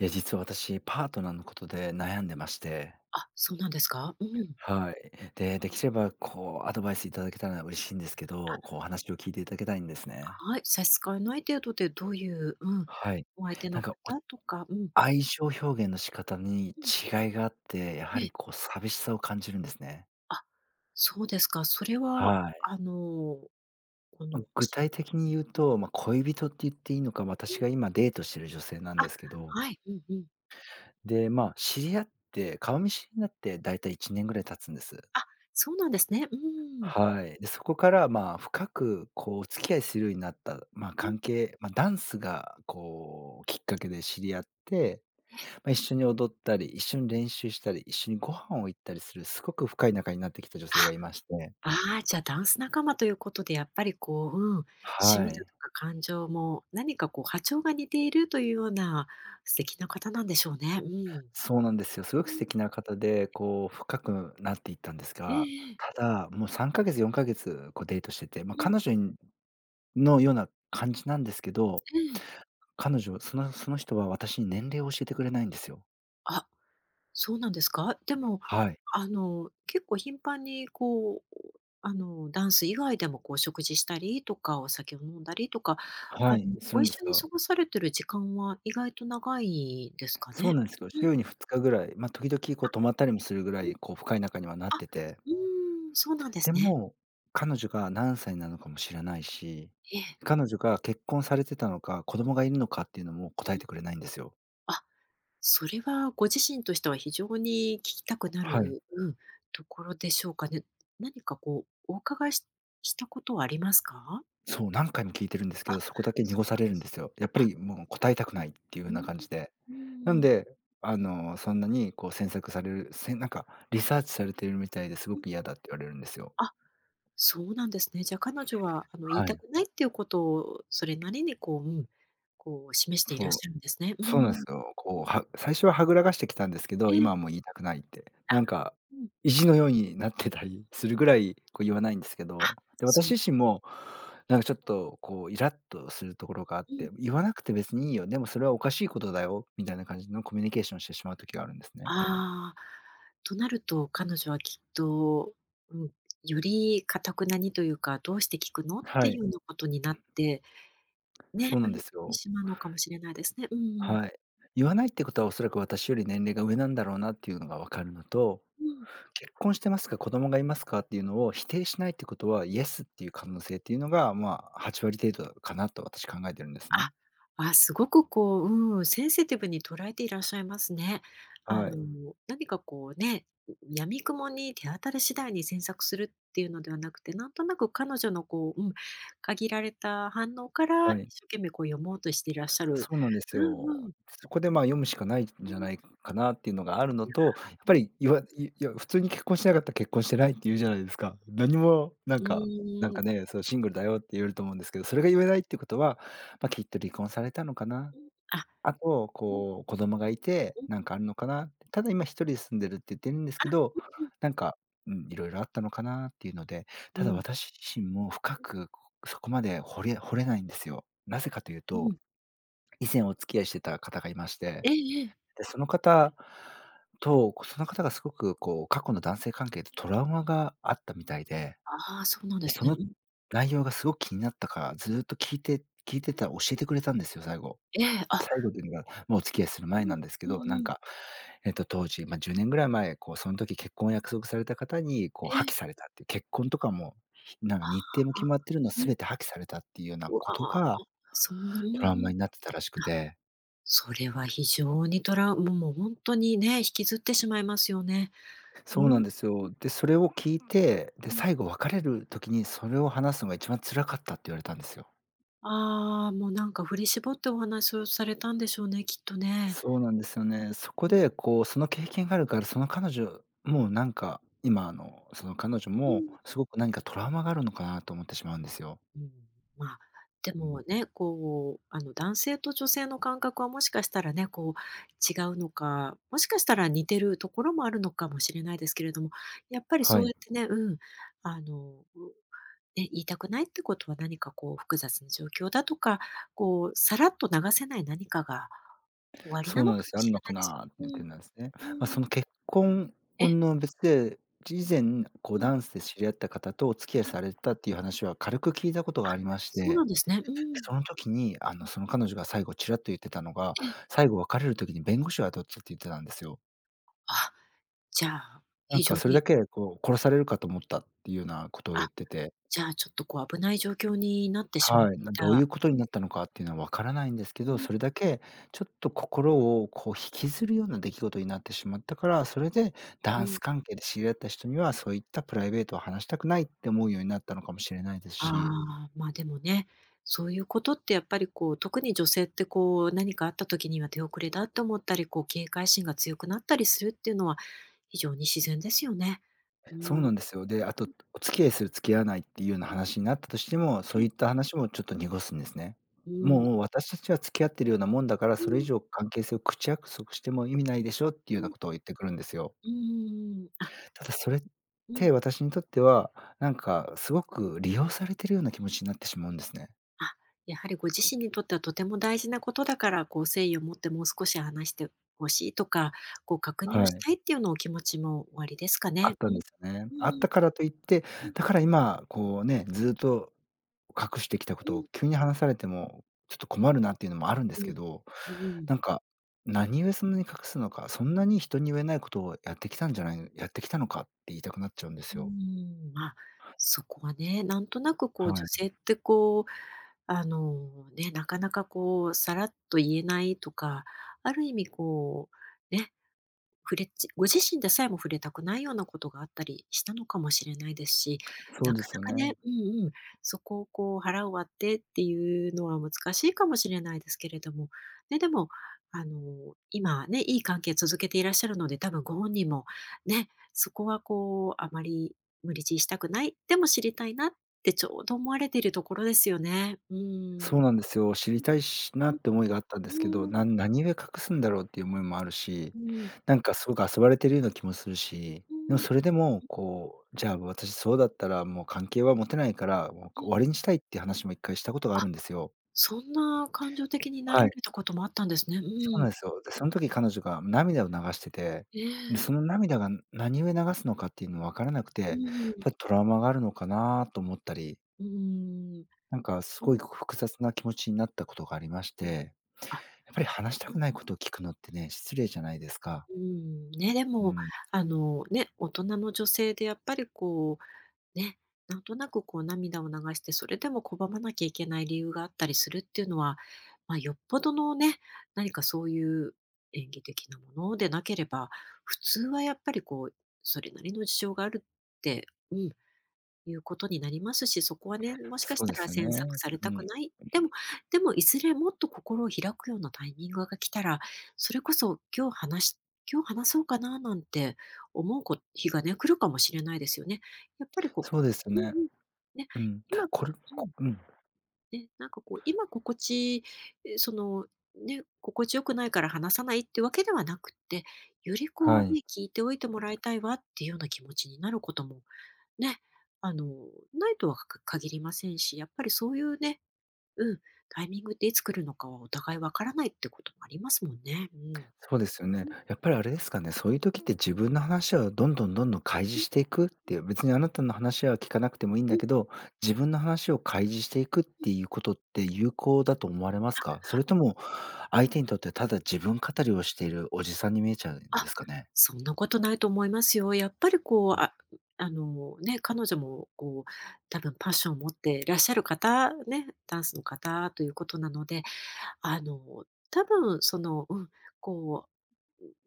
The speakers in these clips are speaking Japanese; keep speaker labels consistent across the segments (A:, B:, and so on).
A: いや、実は私、パートナーのことで悩んでまして。
B: あ、そうなんですか？うん。
A: はい。で、できればこうアドバイスいただけたら嬉しいんですけど、こうお話を聞いていただきたいんですね。
B: あ、はい、差し支えない程度でどういう、うん、
A: はい。
B: お相手
A: な
B: の
A: んか、お
B: 方とか、うん、
A: 愛情表現の仕方に
B: うん、
A: 違いがあって、やはりこ
B: え
A: う寂しさを感じるんですね。
B: あ、そうですか？それは、
A: はい。
B: あの、こ
A: ま、
B: の、
A: 具
B: し
A: 体的に言うと、まあ、恋人って言っていいのか、
B: う
A: 私
B: ん、
A: が今デートしてる女性なんで
B: あ、
A: すけど、
B: はい、うんうん。
A: で、まあ、知り合って、顔見知りになってだいたい1年ぐらい経つんです。
B: あ、そうなんですね。うん、
A: はい。で、そこから、まあ、深く、こう、お付き合いするようになった、まあ、
B: うん、
A: 関係、まあ、ダンスが、こう、きっかけで知り合って、
B: ええ。
A: まあ、一緒に踊ったり、一緒に練習したり、一緒にご飯を行ったりする、すごく深い仲になってきた女性がいまして。
B: あ、ああ、じゃあダンス仲間ということで、やっぱりこう、うん、趣味
A: は
B: だ
A: い。
B: とか感情も何かこう波長が似ているというような素敵な方なんでしょうね。うん。
A: そうなんですよ。すご
B: う
A: く素
B: ん、
A: 敵な方で、こう、深くなっていったんです
B: え
A: が、
B: ええ。
A: ただ、もう3ヶ月、4ヶ月、こう、デートしてて、まあ、
B: うん、
A: 彼女にのような感じなんですけど、
B: ええ。
A: 彼女、その人は私に年齢を教えてくれないんですよ。
B: あ、そうなんですか？でも、
A: はい。
B: 結構頻繁にこう、ダンス以外でもこう食事したりとか、お酒を飲んだりとか、あ
A: は
B: の、
A: い、す
B: ご
A: るんです
B: 一緒に
A: が、
B: 過ごされてる時間は意外と長いですか
A: そう
B: ね？
A: なんですよ。
B: うん。
A: 週に2日ぐらい、まあ、時々こ
B: あ、
A: う泊まったりもするぐら
B: うん、
A: い、こう深い仲にはなっ
B: あ、
A: てて、
B: うーん、そうなんです
A: で
B: ね。
A: も、彼女が何歳なのかも知らないし、
B: ええ。
A: 彼女が結婚されてたのか、子供がいるのかっていうのも答
B: う
A: え
B: ん。
A: てくれないんですよ。
B: あ、それはご自身としては非常に聞きたくな
A: はい。
B: る、うん、ところでしょうかね。何かこう、お伺いたことはありますか？
A: そう、何回も聞いてるんですけ
B: あ、
A: ど、そこだけ
B: そ
A: 濁
B: う
A: さ
B: なん
A: れ
B: で
A: るんで
B: す。
A: すよ。やっぱ
B: あ、
A: りもう答えたくないっていう
B: うー
A: 風
B: ん、
A: な感じで。
B: うー
A: なん
B: ん、
A: で、そんなにこう詮索される、せなんかリサーチされてるみたいですご
B: うん。
A: く嫌だって言われるんですよ。
B: あ、そうなんですね。じゃあ彼女はあの言い
A: は
B: た
A: い。
B: くないっていうことを、それなりにこう、うん、こう示していらっ
A: そう。
B: しゃるんですね。う
A: そうなんで
B: ん。
A: すよ。
B: う
A: こ
B: ん、
A: う、は最初ははぐらかしてきたんですけ
B: え
A: ど、
B: え、
A: 今はもう言いたくないって、
B: あ、
A: なんか
B: うん、
A: 意地のようになってたりするぐらい、こう言わないんですけ
B: あ、
A: ど、で、
B: そう、
A: 私自身もなんかちょっとこうイラッとするところがあっ
B: うん、
A: て、言わなくて別にいいよ、でもそれはおかしいことだよみたいな感じのコミュニケーションをしてしまう時があるんですね。
B: ああ、となると彼女はきっと、うん、より頑くなにというか、どうして聞くのっ
A: は
B: ていう
A: い、
B: ようなことになって、
A: そ
B: ね、
A: うなんです
B: うん、
A: よ。
B: しまうのかもしれないですね。うんうん。
A: はい。言わないってことはおそらく私より年齢が上なんだろうなっていうのがわかるのと、
B: うん。
A: 結婚してますか、子供がいますかっていうのを否定しないってことは、イエスっていう可能性っていうのが、まあ、8割程度かなと私考えてるんです
B: あ、
A: ね。
B: あ、すごくこう、うん、センシティブに捉えていらっしゃいますね。あ
A: はい、
B: の、何かこうね、闇雲に手当たり次第に詮索するっていうのではなくて、なんとなく彼女のこう、うん、限られた反応から
A: は
B: 一
A: い。
B: 生懸命こう読もうとしていらっしゃる。
A: そうなんです
B: うんう
A: よ。
B: ん。
A: そこで、まあ、読むしかないん
B: う
A: じゃ
B: ん。
A: ないかなっていうのがあるのと、やっ
B: う
A: ぱ
B: ん。
A: り言わいいや、普通に結婚してなかったら結婚してないって言うじゃないですか。何もなん
B: う
A: か、なん
B: ーん。
A: かね、そうシングルだよって言えると思うんですけど、それが言えないってことは、まあ、きっと離婚されたのかな
B: うん。あ、
A: あと、
B: うん、
A: こう、子供がいて、
B: うん。
A: なんかあるのかなって、ただ今一人で住んでるって言ってるんです
B: あ、
A: けど、
B: うんうん。
A: なんか、うん、いろいろあったのかなっていうので、
B: う
A: ただ
B: ん、
A: 私自身も深く、そこまで掘れないんですよ。なぜかという
B: うんう
A: と、
B: ん、
A: 以前お付き合いしてた方がいまして、
B: ええええ。
A: で、その方と、その方がすごくこう、過去の男性関係でトラウマがあったみたいで、
B: ああ、そうなんで
A: で、
B: す
A: そ
B: ね。
A: の
B: うん。
A: 内容がすごく気になったから、ずーっと聞いてたら教えてくれたんですよ、最後。
B: ええ、あ、
A: 最後というのが、もうお付き合いする
B: う
A: 前な
B: ん、
A: んですけ
B: うん
A: ど、なん
B: うん。
A: か、当時、ま、10年ぐらい前、こう、その時結婚を約束された方に、こ
B: え
A: う、破棄
B: え。
A: されたっていう、結婚とかも、なんか
B: あ
A: 日程も
B: あ。
A: 決まってるの
B: うん。
A: 全て破棄されたっていうような
B: うわ
A: こと
B: あ、
A: が
B: そんな、うん
A: トラウ
B: う
A: マ
B: ん。あ、
A: になってたらしくて。
B: それは非常にトラウもうほんとにね、引きずってしまいますよね。
A: そうな
B: うん、
A: んですよ。で、それを聞いて、で、
B: うん。
A: 最後別れる時にそれを話すのが一番辛かったって言われたんですよ。
B: ああ、もうなんか振り絞ってお話をされたんでしょうね、きっとね。
A: そうなんですよね。そこ
B: うん、
A: で、こう、その経験があるから、その彼女もうなんか、今、その彼女
B: う
A: も、
B: ん。
A: すごく何かトラウマがあるのかなと思ってしまうんですよ。
B: うん、まあ、で
A: う
B: も
A: ん。
B: ね、こう、男性と女性の感覚はもしかしたらね、こう、違うのか、もしかしたら似てるところもあるのかもしれないですけれども、やっぱり
A: は
B: そうや
A: い。
B: ってね、うん、あの、うね、言いたくないってことは何かこう複雑な状況だとか、こうさらっと流せない何かが終わりな
A: そう
B: の
A: なんで
B: か
A: す
B: も
A: よ。あ
B: し
A: る
B: れ
A: の
B: な
A: か
B: いです
A: な
B: よ
A: っていう
B: ね。
A: 点なんですね。ま
B: う
A: あ、
B: ん、
A: そ
B: う
A: の
B: ん。
A: 結婚
B: え
A: 云々は別で、以前、こう
B: うん、
A: ダンスで知り合った方とお付き合いされ
B: え
A: てたっていう話は軽く聞いたこと
B: あ、
A: がありまし
B: そうな
A: て、
B: んですね。うん。
A: その時に、
B: うん、
A: その彼女が最後ちらっと言ってたのが、
B: ええ。
A: 最後別れる時に弁護士を雇ったって言ってたんですよ。
B: あ、じゃあ、
A: な
B: 非
A: んか
B: 常
A: それ
B: に、
A: だけこう殺されるかと思ったっていうようなことを言
B: あ、
A: ってて、
B: じゃあちょっとこう危ない状況になってしまっ
A: はい、
B: てい
A: などうい
B: た、
A: うことに
B: うん、
A: なったのかっていうのはわからないんですけ
B: う
A: ど、
B: ん、
A: それだけちょっと心をこう引きずるような出来事になってしまったから、それで
B: う
A: ダンス
B: ん。
A: 関係で知り合った人には、そういったプライベートを話したくないって思うようになったのかもしれないです
B: あ
A: し。
B: あ、まあ、でもね、そういうことってやっぱりこう、特に女性ってこう、何かあった時には手遅れだって思ったり、こう、警戒心が強くなったりするっていうのは、非常に自然ですよね。う
A: そうな
B: ん、
A: んですよ。で、あと、お付き合いする付き合わないっていうような話になったとしても、そういった話もちょっと濁すんですね。
B: うん、
A: もう私たちは付き合ってるようなもんだから、
B: う
A: それ以
B: ん、
A: 上関係性を口約束しても意味ないでしょって
B: う
A: いうような
B: ん、
A: ことを言ってくるんですよ。
B: うん、あ、
A: ただそれっ
B: うん、
A: て私にとっては、なんかすごく利用されてるような気持ちになってしまうんですね。
B: あ、やはりご自身にとってはとても大事なことだから、こう、誠意を持ってもう少し話してほしいとか、こう、確認を
A: は
B: し
A: い。
B: たいっていうのお気持ちもおありですか
A: あっ
B: ね？
A: た
B: う
A: んで
B: ん。
A: すよね。
B: う
A: あっ
B: ん、
A: たからといって、
B: うん、
A: だから今こうね、ずっと隠してきたこ
B: う
A: とを
B: ん、
A: 急に話されても、ちょっと困るなっていうのもあるんで
B: う
A: す
B: ん、
A: けど、
B: う
A: なん
B: ん。
A: か、何故そんなに隠すのか、そんなに人に言えないことをやってきたんじゃないやってきたのかって言いたくなっちゃうんで
B: う
A: す
B: ー
A: よ。
B: ん、まあ、そこはね、なんとなくこう
A: は
B: 女
A: い。
B: 性ってこう、ね、なかなかこうさらっと言えないとか、ある意味こう、ね、触れちご自身でさえも触れたくないようなことがあったりしたのかもしれないですし、
A: そう
B: な
A: で
B: か
A: す
B: な
A: よ
B: か
A: ね。
B: ね、うんうん、そこをこう腹を割ってっていうのは難しいかもしれないですけれども、ね、でも、今ね、いい関係続けていらっしゃるので、多分ご本人もね、そこはこうあまり無理強いしたくない、でも知りたいなってちょうど思われているところですよね。う
A: そ
B: ん。
A: うなんですよ。知りたいし
B: う
A: な
B: ん、
A: って思いがあったんですけど、
B: うん、
A: 何故隠すんだろうっていう思いもあるし、
B: うん、
A: なんかすごく遊ばれてるような気もするし、
B: う
A: でも
B: ん、うん、
A: それでも、こう、じゃあ私そうだったらもう関係は持てないから、も
B: う
A: う終
B: ん。
A: わりにしたいっていう話も一回したことがあ
B: あ、
A: るんですよ。
B: そんな感情的になら
A: はい。
B: れたこともあったんですね。う
A: そうな
B: ん。
A: んですよ。で、その時彼女が涙を流してて、
B: え
A: で、そ
B: え。
A: の涙が何故流すのかっていうの分からなくて、
B: う
A: やっ
B: んうん。
A: ぱりトラウマがあるのかなと思ったり、
B: うん。
A: なんかす
B: う
A: ごい
B: ん、
A: 複雑な気持ちになったことがありまして、
B: あ、
A: やっぱり話した
B: う
A: く
B: ん、
A: ないことを聞くのってね、失礼じゃないですか。
B: ね、で
A: う
B: も、
A: ん。
B: ね、大人の女性でやっぱりこう、ね、なんとなくこう涙を流して、それでも拒まなきゃいけない理由があったりするっていうのは、まあ、よっぽどのね、何かそういう演技的なものでなければ、普通はやっぱりこう、それなりの事情があるって、うん、いうことになりますし、そこはね、もしかし
A: そう
B: た
A: で
B: ら
A: すよ
B: 詮索
A: ね。
B: され
A: う
B: たく
A: ん。
B: ない。でも、いずれもっと心を開くようなタイミングが来たら、それこそ今日話そうかななんて思う日がね、来るかもしれないですよね。やっぱりこう
A: そ
B: こ
A: うですよ
B: うんう
A: ね。
B: ん。ね、
A: うん。
B: 今
A: これ
B: う
A: こ
B: ん、
A: うん。
B: ね、なんかこう今心地え、その、ね、心地よくないから話さないってわけではなくって、よりこう
A: はい。
B: ね、聞いておいてもらいたいわっていうような気持ちになることもね、ないとはか限りませんし、やっぱりそういうね、うん、タイミングっていつ来るのかはお互いわからないってこともありますもんね。うん。
A: そうですよ
B: う
A: ね。
B: ん
A: やっぱりあれですかね、そういう時って自分の話をどんどんどんどん開
B: う
A: 示
B: ん
A: していくっていう、別にあなたの話は聞かなくてもいいん
B: う
A: だ
B: ん
A: けど、自分の話を開示していくっ
B: うん
A: ていうことって有効だと思われますか？それとも相手にとってただ自分語りをしているおじさんに見えちゃう
B: あ、
A: んですかね？
B: そんなことないと思いますよ。やっぱりこう、
A: う
B: あの、ね、彼女もこう、多分パッションを持っていらっしゃる方、ね、ダンスの方ということなので、あの、多分その、うん、こ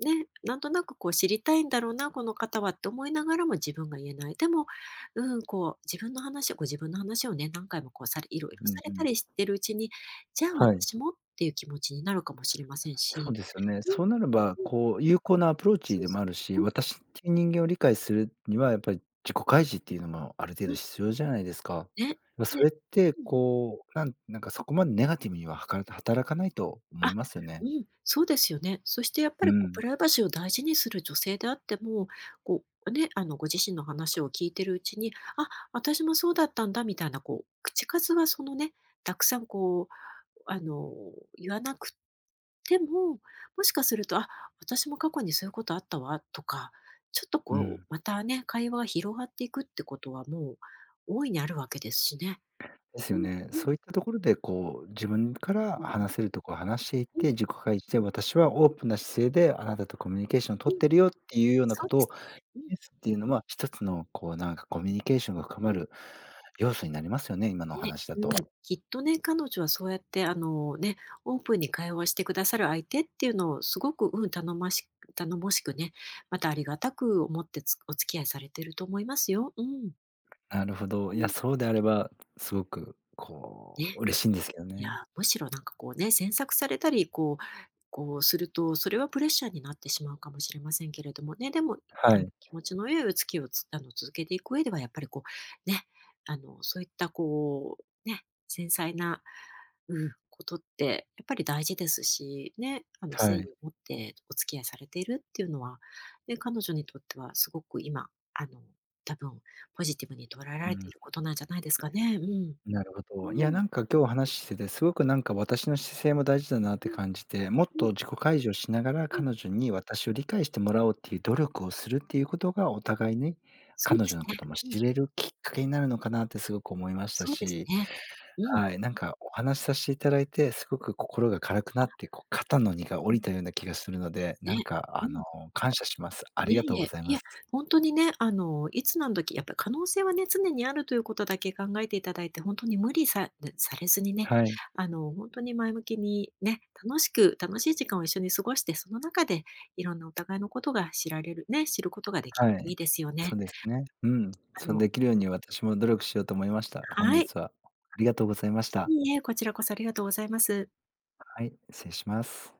B: うね、なんとなくこう知りたいんだろうな、この方はって思いながらも自分が言えない。でも、うん、こう自分の話をご自分の話をね、何回もこうされいろいろ
A: ん、う
B: さ
A: ん
B: れ
A: う
B: た
A: ん。
B: りしてるうちに、じゃあ
A: はい。
B: 私もっていう気持ちになるかもしれません
A: そう
B: し。
A: ですよね。
B: うん
A: そうなれば、
B: うん、
A: こう有効なアプロー
B: そ
A: チ
B: う
A: で
B: そ
A: もあるし、
B: う。う
A: 私っていう人間を理解するには、やっぱり自己開示っていうのもある程
B: んう
A: 度
B: ん、
A: 必要じゃないですか。
B: ね。
A: ま、そ
B: で
A: れって、
B: うん
A: こう、なんかそこまでネガティブには働かないと思
B: あ、
A: いますよ
B: う
A: ね。
B: ん、そうですよね。そしてやっぱ
A: う
B: りこうプ
A: ん、
B: ライバシーを大事にする女性であっても、こうね、あのご自身の話を聞いてるうちに、あ、私もそうだったんだみたいなこう口数はそのね、たくさんあの言わなくても、もしかすると、あ、私も過去にそういうことあったわとか、ちょっと
A: う
B: こう
A: ん。
B: またね、会話が広がっていくってことはもう大いにあるわけですしね。
A: です
B: う
A: よ
B: ん
A: ね。
B: うん
A: そういったところで、こう、自分から
B: うん
A: 話せるとこは話していっ
B: う
A: て、自己開示で、私はオープンな姿勢であなたとコミュニケーションを
B: んう
A: 取っ
B: ん。
A: てるよっていうような
B: そ
A: こ
B: うで
A: とを
B: すね。うん
A: ですっていうのは、一つのこうなんかコミュニケーションが深
B: う
A: ま
B: ん。
A: る要素になりますよね、今のお
B: ね、
A: 話だ
B: う
A: と。
B: ん、きっとね、彼女はそうやって、ね、オープンに会話してくださる相手っていうのをすごく、うん、頼もしくね、またありがたく思ってお付き合いされてると思いますよ。うん。
A: なるほど。
B: う
A: いや、
B: ん。
A: そうであれば、すごくこ
B: ね。
A: う嬉しいんですけど
B: いや、
A: ね。
B: むしろなんかこうね、詮索されたり、こうすると、それはプレッシャーになってしまうかもしれませんけれどもね、でも、
A: はい、
B: 気持ちの良いお付き合いを続けていく上ではやっぱりこう、ね、あの、そういったこう、ね、繊細な、うん、ことって、やっぱり大事ですし、ね、誠
A: は
B: 意
A: い。
B: を持ってお付き合いされているっていうのは、ね、彼女にとってはすごく今、あの、多分ポジティブに捉えら
A: う
B: れてい
A: ん、
B: ることなんじゃないですかね。うん。
A: なるほ
B: う
A: ど。いや、
B: ん、
A: なんか今日お話ししてて、すごくなんか私の姿勢も大事だなっ
B: う
A: て
B: ん、
A: 感じて、もっ
B: う
A: と
B: ん、
A: 自己開示をしながら、
B: うん。
A: 彼女に私を理解してもらおうっていう努力をするっていうことが、お互いに
B: そう
A: 彼
B: で
A: 女
B: す
A: のこ
B: ね。
A: とも
B: うん、
A: 知れるきっかけになるのかなってすごく思いました
B: そうです
A: し、
B: ね。うん。
A: はい、なんかお話しさせていただいて、すごく心が軽くなっ
B: あ、
A: て、こう肩の荷が下
B: う
A: りたような気がするので、な
B: ん、
A: ん
B: ね。
A: か
B: うん。
A: 感謝します。あ
B: い
A: り
B: や、
A: がとう
B: い
A: ご
B: え、
A: ざい
B: い
A: ま
B: や、
A: す。
B: ほんとにね、いつ何時、やっぱ可能性はね、常にあるということだけ考えていただいて、ほんとに無理さね、されずにね、
A: はい、
B: ほんとに前向きにね、楽しい時間を一緒に過ごして、その中でいろんなお互いのことが知られるね、知ることができる
A: は
B: とい
A: い。
B: いですよね。
A: そうですね。うん。
B: あ
A: そう
B: の
A: できるように私も努力しようと思いました。本
B: はい、
A: 日はありがとうございました。
B: いいえ、こちらこそありがとうございます。
A: はい、失礼します。